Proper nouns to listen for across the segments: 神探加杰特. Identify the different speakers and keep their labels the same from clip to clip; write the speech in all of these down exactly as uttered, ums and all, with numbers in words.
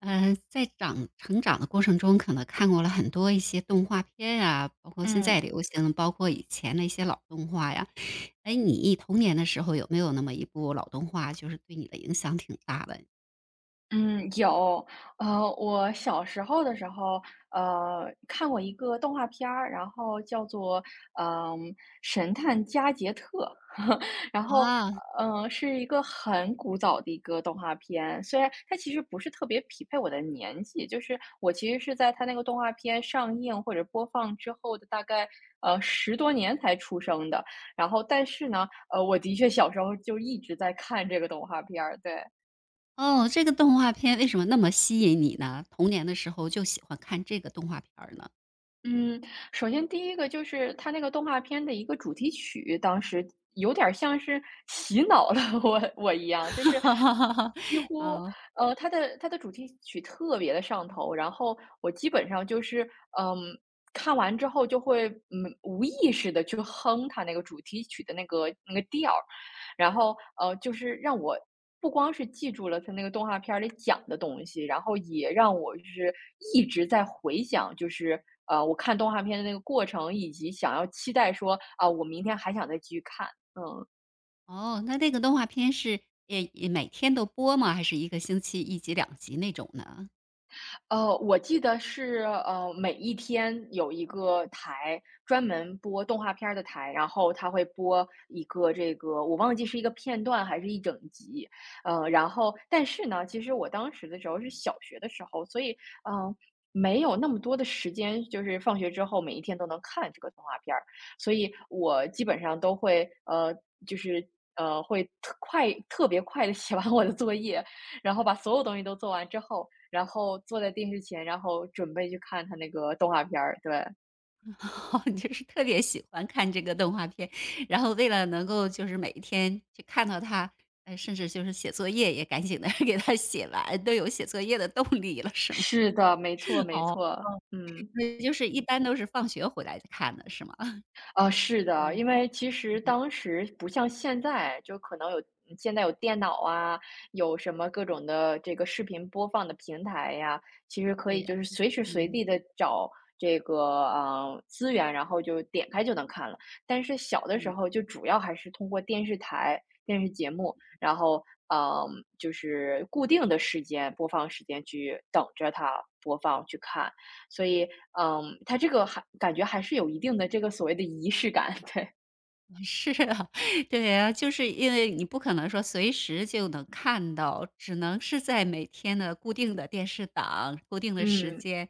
Speaker 1: 嗯，在长成长的过程中，可能看过了很多一些动画片呀，包括现在
Speaker 2: 嗯
Speaker 1: 流行的，包括以前的一些老动画呀。哎，你童年的时候有没有那么一部老动画，就是对你的影响挺大的？
Speaker 2: 嗯，有。呃，我小时候的时候，呃，看过一个动画片儿，然后叫做嗯、神探加杰特》。然后
Speaker 1: 啊。
Speaker 2: 嗯、呃是一个很古早的一个动画片，虽然它其实不是特别匹配我的年纪，就是我其实是在它那个动画片上映或者播放之后的大概呃十多年才出生的，然后但是呢，呃，我的确小时候就一直在看这个动画片儿，对。
Speaker 1: 哦，这个动画片为什么那么吸引你呢？童年的时候就喜欢看这个动画片儿呢？
Speaker 2: 嗯，首先第一个就是它那个动画片的一个主题曲，当时有点儿像是洗脑了 我我一样，就是几 乎，
Speaker 1: 哦。
Speaker 2: 呃，它的它的主题曲特别的上头，然后我基本上就是，嗯，看完之后就会，嗯，无意识的去哼它那个主题曲的那个那个调儿。然后，呃，就是让我不光是记住了它那个动画片儿里讲的东西，然后也让我就是一直在回想，就是，呃，我看动画片的那个过程，以及想要期待说，啊，我明天还想再继续看，嗯。
Speaker 1: 哦，那那个动画片是也也每天都播吗？还是一个星期一集、两集那种呢？
Speaker 2: 呃，我记得是，呃，每一天有一个台专门播动画片儿的台，然后它会播一个这个我忘记是一个片段还是一整集。呃，然后但是呢，其实我当时的时候是小学的时候，所以嗯，呃，没有那么多的时间，就是放学之后每一天都能看这个动画片儿，所以我基本上都会，呃，就是。呃，会特快，特别快的写完我的作业，然后把所有东西都做完之后，然后坐在电视前，然后准备去看他那个动画片儿，对。
Speaker 1: 哦，你就是特别喜欢看这个动画片，然后为了能够就是每一天去看到他，呃，甚至就是写作业也赶紧的 给他写完，都有写作业的动力了是吗？
Speaker 2: 是的，没错 没
Speaker 1: 哦，
Speaker 2: 错，嗯。
Speaker 1: 那就是一般都是放学回来看的是吗？
Speaker 2: 啊，是的，
Speaker 1: 嗯，
Speaker 2: 因为其实当时不像现在，就可能有嗯现在有电脑啊，有什么各种的这个视频播放的平台呀，其实可
Speaker 1: 对
Speaker 2: 以
Speaker 1: 呀，
Speaker 2: 就是随时随
Speaker 1: 嗯，
Speaker 2: 地的找这个呃资源，然后就点开就能看了。但是小的时
Speaker 1: 嗯。
Speaker 2: 候就主要还是通过电视台、电视节目，然后嗯、呃就是固定的时间播放时间去等着它播放去看。所以，嗯，它这个还感觉还是有一定的这个所谓的仪式感，对。
Speaker 1: 是啊，对啊，就是因为你不可能说随时就能看到，只能是在每天的固定的电视档、固定的时
Speaker 2: 嗯，
Speaker 1: 间，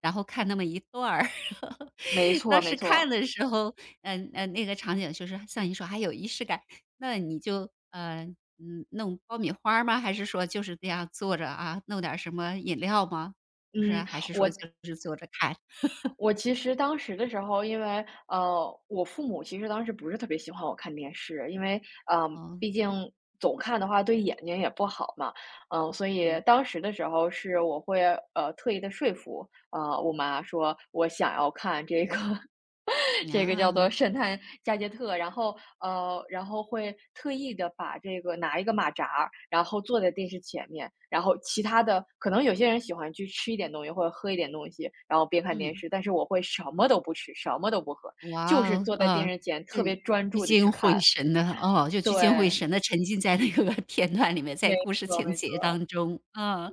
Speaker 1: 然后看那么一段儿。
Speaker 2: 没错
Speaker 1: 当
Speaker 2: 没
Speaker 1: 时看
Speaker 2: 错。
Speaker 1: 的时候，嗯、呃、那个场景就是像你说还有仪式感，那你就呃嗯弄爆米花儿吗？还是说就是这样坐着啊，弄点儿什么饮料吗？就是
Speaker 2: 嗯，
Speaker 1: 还是
Speaker 2: 我
Speaker 1: 说就是坐着看？
Speaker 2: 我其实当时的时候，因为呃，我父母其实当时不是特别喜欢我看电视，因为嗯呃，
Speaker 1: 哦，
Speaker 2: 毕竟总看的话对眼睛也不好嘛，嗯、所以
Speaker 1: 嗯
Speaker 2: 当时的时候是我会呃特意的说服呃我妈说我想要看这个
Speaker 1: 嗯
Speaker 2: 这个叫做
Speaker 1: 啊，
Speaker 2: 圣探加杰特，然后呃，然后会特意的把这个拿一个马扎儿然后坐在电视前面，然后其他的可能有些人喜欢去吃一点东西或者喝一点东西，然后边看电
Speaker 1: 嗯。
Speaker 2: 视，但是我会什么都不吃，什么都不喝，就
Speaker 1: 哇
Speaker 2: 是
Speaker 1: 哦，
Speaker 2: 坐在
Speaker 1: 啊，
Speaker 2: 电视前
Speaker 1: 就
Speaker 2: 特别专
Speaker 1: 聚
Speaker 2: 注的去
Speaker 1: 精会
Speaker 2: 看。
Speaker 1: 神的哦，就聚精会
Speaker 2: 对，
Speaker 1: 神的沉浸在那个 片段里面，在
Speaker 2: 没
Speaker 1: 故事
Speaker 2: 错
Speaker 1: 情
Speaker 2: 没错，
Speaker 1: 节当中，啊。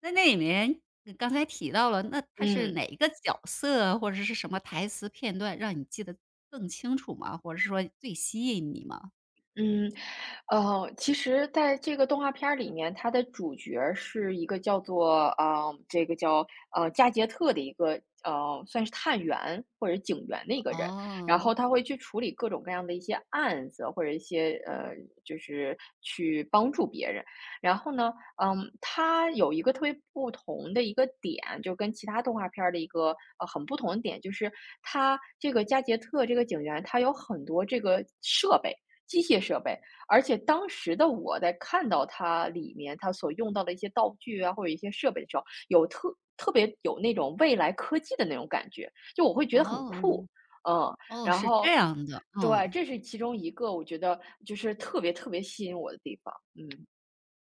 Speaker 1: 那那里面你刚才提到了，那他是
Speaker 2: 嗯。
Speaker 1: 哪一个角色或者是什么台词片段让你记得更清楚吗？或者是说最吸引你吗？
Speaker 2: 嗯，呃，其实在这个动画片儿里面，它的主角儿是一个叫做呃，这个叫呃加杰特的一个呃，算是探员或者警员的一个人，然
Speaker 1: 哦，
Speaker 2: 后他会去处理各种各样的一些案子，或者一些呃，就是去帮助别人。然后呢，嗯，他有一个特别不同的一个点，就跟其他动画片儿的一个呃很不同的点，就是他这个加杰特这个警员，他有很多这个设备。机械设备，而且当时的我在看到它里面它所用到的一些道具啊，或者一些设备的时候，有特特别有那种未来科技的那种感觉，就我会觉得很
Speaker 1: 哦，
Speaker 2: 酷，嗯。
Speaker 1: 哦，
Speaker 2: 然
Speaker 1: 是
Speaker 2: 后
Speaker 1: 这样的，
Speaker 2: 对，
Speaker 1: 哦。
Speaker 2: 这是其中一个我觉得就是特别特别吸引我的地方，嗯，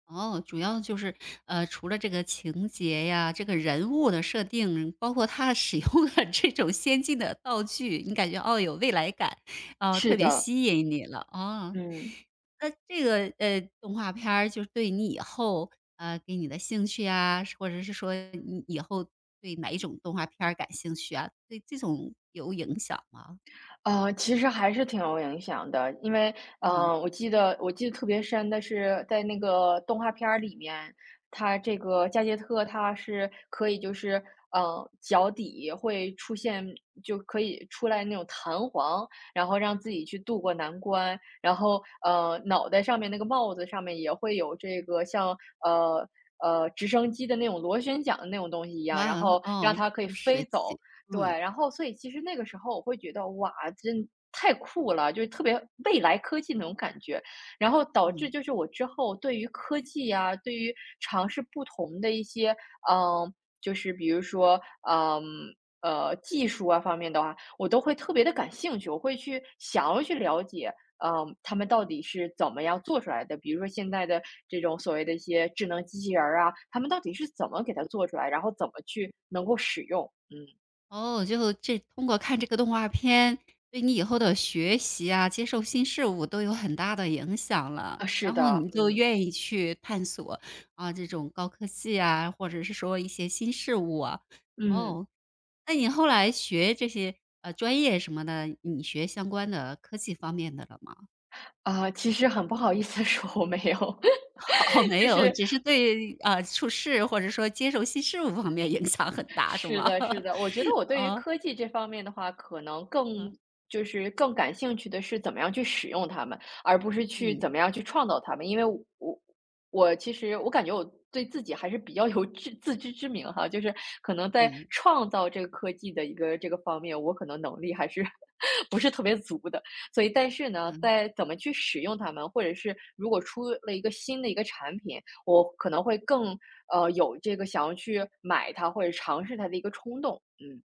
Speaker 1: 哦，主要就是，呃，除了这个情节呀，这个人物的设定，包括他使用的这种先进的道具，你感觉，哦，有未来感，哦，
Speaker 2: 是
Speaker 1: 特别
Speaker 2: 的，
Speaker 1: 吸引你了，哦。
Speaker 2: 嗯。
Speaker 1: 那这个，呃，动画片儿就是对你以后，呃，给你的兴趣啊，或者是说你以后对哪一种动画片儿感兴趣啊，对这种有影响吗？
Speaker 2: 呃，其实还是挺有影响的。因为，
Speaker 1: 嗯，
Speaker 2: 呃，我记得我记得特别深的是在那个动画片儿里面，他这个加杰特他是可以就是，呃，脚底会出现就可以出来那种弹簧，然后让自己去渡过难关，然后，呃，脑袋上面那个帽子上面也会有这个像，呃。呃，直升机的那种螺旋桨的那种东西一样，然
Speaker 1: 哇，
Speaker 2: 后让
Speaker 1: 哦，
Speaker 2: 它可以
Speaker 1: 这么
Speaker 2: 飞
Speaker 1: 神
Speaker 2: 走，
Speaker 1: 奇，
Speaker 2: 对，
Speaker 1: 嗯，
Speaker 2: 然后所以其实那个时候我会觉得，哇，真太酷了，就是特别未来科技那种感觉。然后导致
Speaker 1: 嗯。
Speaker 2: 就是我之后对于科技呀，对于尝试不同的一些，嗯，就是比如说，嗯，呃，技术啊方面的话，我都会特别的感兴趣，我会去想要去了解。嗯，他们到底是怎么样做出来的？比如说现在的这种所谓的一些智能机器人儿啊，他们到底是怎么给它做出来，然后怎么去能够使用？嗯。
Speaker 1: 哦，就这通过看这个动画片，对你以后的学习啊，接受新事物都有很大的影响了。
Speaker 2: 啊，是
Speaker 1: 然后
Speaker 2: 的，
Speaker 1: 你就
Speaker 2: 嗯。
Speaker 1: 愿意去探索，啊，这种高科技啊，或者是说一些新事物啊。
Speaker 2: 嗯。
Speaker 1: 哦，那你后来学这些，呃，专业什么的，你学相关的科技方面的了吗？
Speaker 2: 啊，其实很不好意思地说我没有。
Speaker 1: 哦，没
Speaker 2: 就
Speaker 1: 有，
Speaker 2: 是
Speaker 1: 只是对，啊，呃处事或者说接受新事物方面影响很大是
Speaker 2: 是
Speaker 1: 吗？
Speaker 2: 的，是的，我觉得我 对于
Speaker 1: 哦，
Speaker 2: 科技这方面的话，可能更
Speaker 1: 嗯，
Speaker 2: 就是更感兴趣的是怎么样去使用它们，而不是去怎
Speaker 1: 嗯，
Speaker 2: 么样去创造它们。因为我我其实我感觉我对自己还是比较有自自知之明哈，就是可能在
Speaker 1: 嗯，
Speaker 2: 创造这个科技的一个这个方面，我可能能力还是 不是特别足的。所以，但是呢，
Speaker 1: 嗯。
Speaker 2: 在怎么去使用它们，或者是如果出了一个新的一个产品，我可能会更呃，有这个想要去买它或者尝试它的一个冲动。嗯，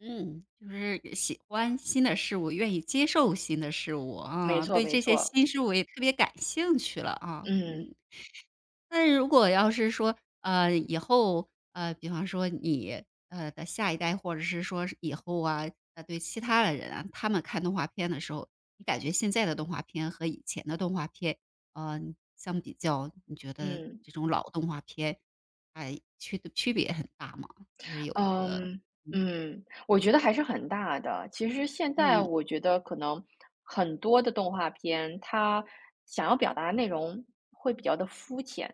Speaker 1: 嗯，就是呃喜欢新的事物，愿意接受新的事物
Speaker 2: 没
Speaker 1: 啊，
Speaker 2: 错
Speaker 1: 对
Speaker 2: 没
Speaker 1: 这些
Speaker 2: 错，
Speaker 1: 新事物也特别感兴趣了啊。
Speaker 2: 嗯，
Speaker 1: 嗯，那如果要是说，呃，以后，呃，比方说你，呃，的下一代，或者是说是以后啊，呃，对其他的人啊，他们看动画片的时候，你感觉现在的动画片和以前的动画片，呃，相比较，你觉得
Speaker 2: 嗯。
Speaker 1: 这种老动画片，哎，区区别很大吗？就是有一个，
Speaker 2: 嗯，
Speaker 1: 嗯
Speaker 2: 嗯，我觉得还是很大的。其实现在
Speaker 1: 嗯，
Speaker 2: 我觉得可能很多的动画片，它想要表达的内容会比较的肤浅，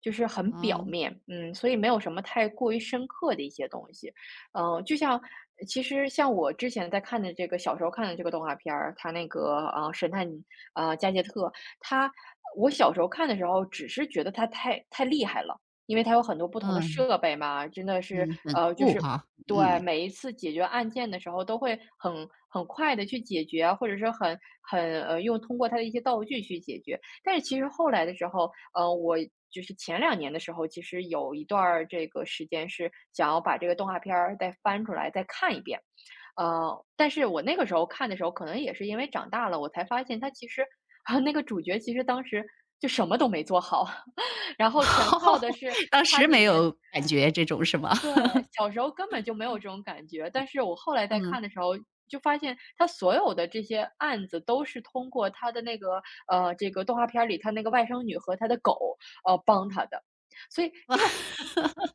Speaker 2: 就是很表
Speaker 1: 哦。
Speaker 2: 面，嗯，所以没有什么太过于深刻的一些东西。嗯，就像其实像我之前在看的这个小时候看的这个动画片儿，它那个呃神探呃加杰特，他我小时候看的时候，只是觉得他太太厉害了。因为它有很多不同的
Speaker 1: 嗯
Speaker 2: 设备嘛，真的是，
Speaker 1: 嗯，很
Speaker 2: 呃，就
Speaker 1: 酷
Speaker 2: 是
Speaker 1: 哈，
Speaker 2: 对，
Speaker 1: 嗯。
Speaker 2: 每一次解决案件的时候都会很很快的去解决啊，或者是很很呃，用通过它的一些道具去解决。但是其实后来的时候，呃，我就是前两年的时候，其实有一段儿这个时间是想要把这个动画片儿再翻出来再看一遍。呃，但是我那个时候看的时候，可能也是因为长大了，我才发现它其实 啊，那个主角其实当时就什么都没做好。然后全 靠的是
Speaker 1: 当
Speaker 2: 它
Speaker 1: 时
Speaker 2: 里
Speaker 1: 没
Speaker 2: 面
Speaker 1: 有感觉这种是吗？
Speaker 2: 对，小时候根本就没有这种感觉，但是我后来在
Speaker 1: 嗯，
Speaker 2: 看的时候就发现，它所有的这些案子都是通过它的那个呃，这个动画片儿里它那个外甥女和她的狗，呃，帮她的。所以
Speaker 1: 哇，
Speaker 2: 这个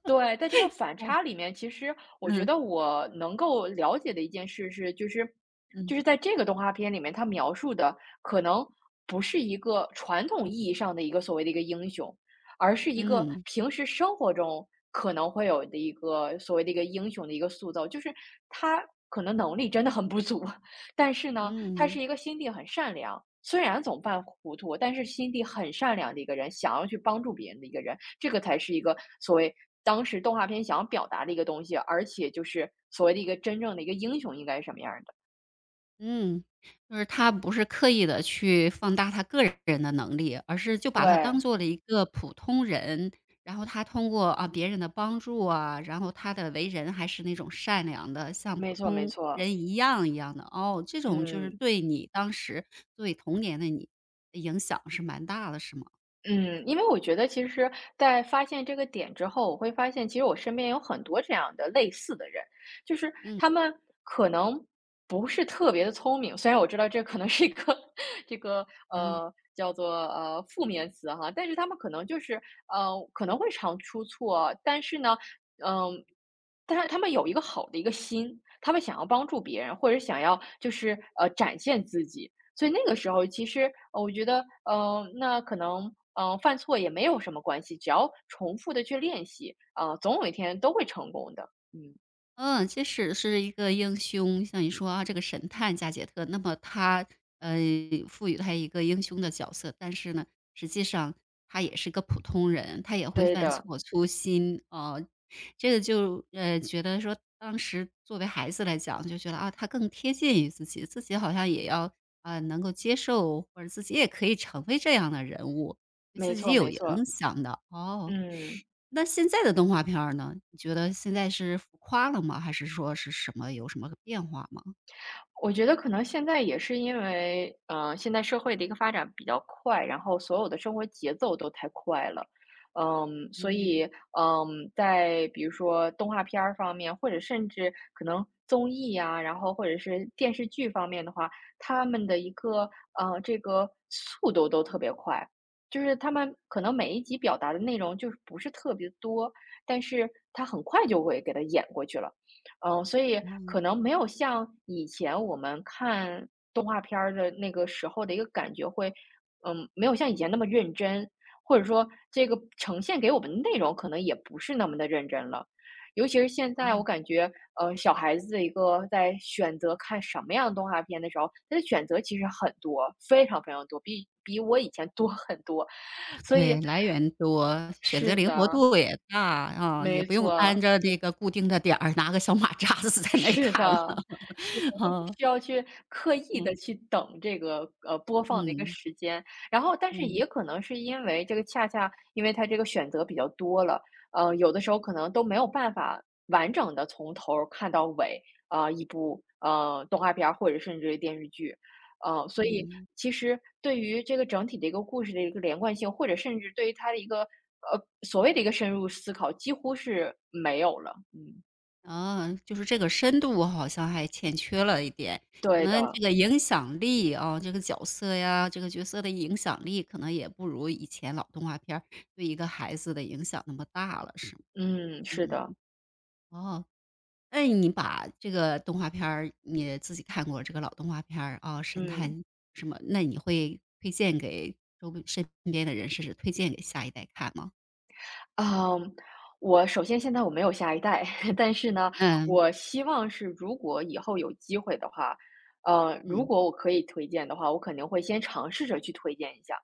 Speaker 2: 对，在这个反差里面，其实我觉
Speaker 1: 嗯
Speaker 2: 得我能够了解的一件事是，就是
Speaker 1: 嗯
Speaker 2: 就是在这个动画片里面，它描述的可能不是一个传统意义上的一个所谓的一个英雄，而是一个
Speaker 1: 嗯
Speaker 2: 平时生活中可能会有的一个所谓的一个英雄的一个塑造。就是他可能能力真的很不足，但是呢，他是
Speaker 1: 嗯
Speaker 2: 一个心地很善良，虽然总犯糊涂，但是心地很善良的一个人，想要去帮助别人的一个人，这个才是一个所谓当时动画片想要表达的一个东西，而且就是所谓的一个真正的一个英雄应该是什么样儿的。
Speaker 1: 嗯，就是他不是刻意的去放大他个人的能力，而是就把他当
Speaker 2: 对，
Speaker 1: 做了一个普通人，然后他通过，啊，别人的帮助啊，然后他的为人还是那种善良的，像
Speaker 2: 没
Speaker 1: 普
Speaker 2: 错没
Speaker 1: 通
Speaker 2: 错，
Speaker 1: 人一样一样的。哦，这种就是
Speaker 2: 嗯。
Speaker 1: 对你当时作为童年的你，影响是蛮大的是吗？
Speaker 2: 嗯，因为我觉得其实在发现这个点之后，我会发现其实我身边有很多这样的类似的人，就是
Speaker 1: 嗯。
Speaker 2: 他们可能不是特别的聪明，虽然我知道这可能是一个 这个
Speaker 1: 嗯
Speaker 2: 呃叫做呃负面词哈，但是他们可能就是呃可能会常出错，但是呢，嗯、但是他们有一个好的一个心，他们想要帮助别人，或者想要就是呃展现自己，所以那个时候其实，呃，我觉得，呃，那可能，嗯呃，犯错也没有什么关系，只要重复的去练习，呃，总有一天都会成功的。嗯，
Speaker 1: 嗯，即使是一个英雄，像你说啊，这个神探加杰特，那么他呃赋予他一个英雄的角色，但是呢，实际上他也是个普通人，他也会
Speaker 2: 对
Speaker 1: 犯
Speaker 2: 的，
Speaker 1: 错、粗心哦、呃这个就呃觉得说，当时作为孩子来讲，就觉得啊，他更贴近于自己，自己好像也要啊呃能够接受，或者自己也可以成为这样的人物，对
Speaker 2: 没
Speaker 1: 自
Speaker 2: 错
Speaker 1: 己有
Speaker 2: 没
Speaker 1: 影
Speaker 2: 错，
Speaker 1: 响的哦。
Speaker 2: 嗯。
Speaker 1: 那现在的动画片儿呢？你觉得现在是浮夸了吗？还是说是什么有什么变化吗？
Speaker 2: 我觉得可能现在也是因为，呃，现在社会的一个发展比较快，然后所有的生活节奏都太快了，嗯，所以，
Speaker 1: 嗯，
Speaker 2: 嗯，在比如说动画片儿方面，或者甚至可能综艺呀，然后或者是电视剧方面的话，他们的一个呃这个速度都特别快，就是他们可能每一集表达的内容就是不是特别多，但是他很快就会给它演过去了。嗯，所以
Speaker 1: 嗯，
Speaker 2: 可能没有像以前我们看动画片儿的那个时候的一个感觉会，嗯，没有像以前那么认真，或者说这个呈现给我们的内容可能也不是那么的认真了。尤其是现在，我
Speaker 1: 哦，
Speaker 2: 感觉，呃，小孩子的一个在选择看什么样的动画片的时候，他的选择其实很多，非常非常多，比比我以前多很多。所
Speaker 1: 对，
Speaker 2: 以，
Speaker 1: 来源多，选择
Speaker 2: 是
Speaker 1: 灵活
Speaker 2: 的，
Speaker 1: 度也大，啊，也
Speaker 2: 没
Speaker 1: 不用按
Speaker 2: 错，
Speaker 1: 着这个固定的点儿，拿个小马扎子在那儿
Speaker 2: 是
Speaker 1: 看了，
Speaker 2: 的。就不
Speaker 1: 啊，
Speaker 2: 需要去刻意
Speaker 1: 嗯，
Speaker 2: 的去等这个，呃，播放的一个
Speaker 1: 嗯，
Speaker 2: 时间。然后但是
Speaker 1: 嗯，
Speaker 2: 也可能是因为这个恰恰因为它这个选择比较多了，呃，有的时候可能都没有办法完整的从头儿看到尾，啊，呃一部，呃，动画片儿或者甚至于电视剧。呃，所以
Speaker 1: 嗯。
Speaker 2: 其实对于这个整体的一个故事的一个连贯性，或者甚至对于它的一个，呃，所谓的一个深入思考，几乎是没有了。嗯，
Speaker 1: 啊，就是这个深度好像还欠缺了一点，可
Speaker 2: 对
Speaker 1: 能
Speaker 2: 的，
Speaker 1: 这个影响力啊，这个角色呀，这个角色的影响力可能也不如以前老动画片儿对一个孩子的影响那么大了，是吗？
Speaker 2: 嗯，是
Speaker 1: 嗯，
Speaker 2: 的，
Speaker 1: 哦，那你把这个动画片儿你自己看过这个老动画片儿啊，神
Speaker 2: 嗯。
Speaker 1: 探什么，那你会推荐给周围身边的人，甚至推荐给下一代看吗？
Speaker 2: 嗯，我首先现在我没有下一代，但是呢，
Speaker 1: 嗯
Speaker 2: 我希望是如果以后有机会的话，呃，如
Speaker 1: 嗯
Speaker 2: 果我可以推荐的话，我肯定会先尝试着去推荐一下。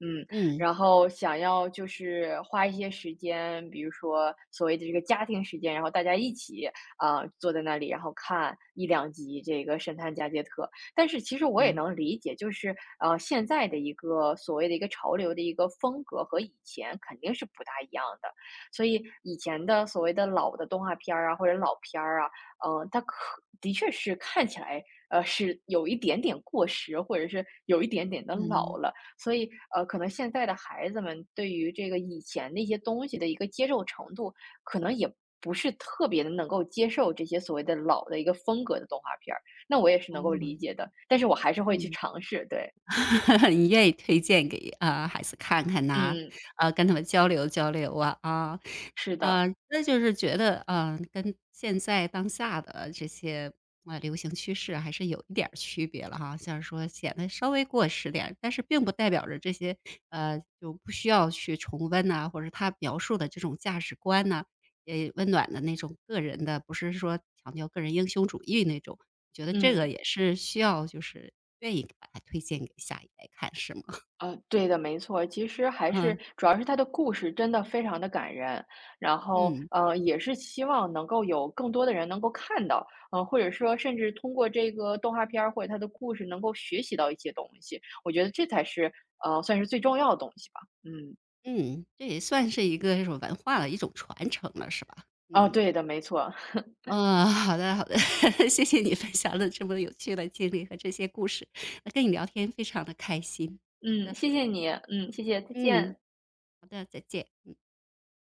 Speaker 2: 嗯，
Speaker 1: 嗯
Speaker 2: 然后想要就是花一些时间，比如说所谓的这个家庭时间，然后大家一起啊、呃坐在那里，然后看一两集这个《神探加杰特》。但是其实我也
Speaker 1: 嗯
Speaker 2: 能理解，就是呃现在的一个所谓的一个潮流的一个风格和以前肯定是不大一样的，所以以前的所谓的老的动画片儿啊或者老片儿啊，嗯、它可的确是看起来呃是有一点点过时，或者是有一点点的老
Speaker 1: 嗯，
Speaker 2: 了。所以，呃，可能现在的孩子们对于这个以前那些东西的一个接受程度，可能也不是特别的能够接受这些所谓的老的一个风格的动画片儿，那我也是能够
Speaker 1: 哦，
Speaker 2: 理解的，但是我还是会去
Speaker 1: 嗯。
Speaker 2: 尝试，对，
Speaker 1: 你愿意推荐给，啊孩子看看呐，
Speaker 2: 嗯，
Speaker 1: 呃，跟他们交流交流啊，啊。
Speaker 2: 是的，
Speaker 1: 呃，那就是觉得，呃，跟现在当下的这些，呃，流行趋势还是有一点儿区别了哈，像说显得稍微过时点儿但是并不代表着这些，呃，就不需要去重温呐，或者他描述的这种价值观呐，呃，温暖的那种个人的，不是说强调个人英雄主义那种，觉得这个
Speaker 2: 嗯。
Speaker 1: 也是需要就是愿意把它推荐给下一代看是吗？
Speaker 2: 呃，对的，没错。其实还是
Speaker 1: 嗯，
Speaker 2: 主要是他的故事真的非常的感人，然后，
Speaker 1: 嗯，
Speaker 2: 呃，也是希望能够有更多的人能够看到，呃，或者说甚至通过这个动画片儿或者他的故事能够学习到一些东西，我觉得这才是，呃，算是最重要的东西吧。嗯，
Speaker 1: 嗯，这也算是一个这种文化的一种传承了是吧？
Speaker 2: 哦，
Speaker 1: 嗯，
Speaker 2: 对的，没错。
Speaker 1: 呃，好的好的，谢谢你分享了这么有趣的经历和这些故事，那跟你聊天非常的开心。好
Speaker 2: 嗯，
Speaker 1: 的，
Speaker 2: 谢谢你，嗯，谢谢，再
Speaker 1: 嗯，
Speaker 2: 见。
Speaker 1: 好的，再见。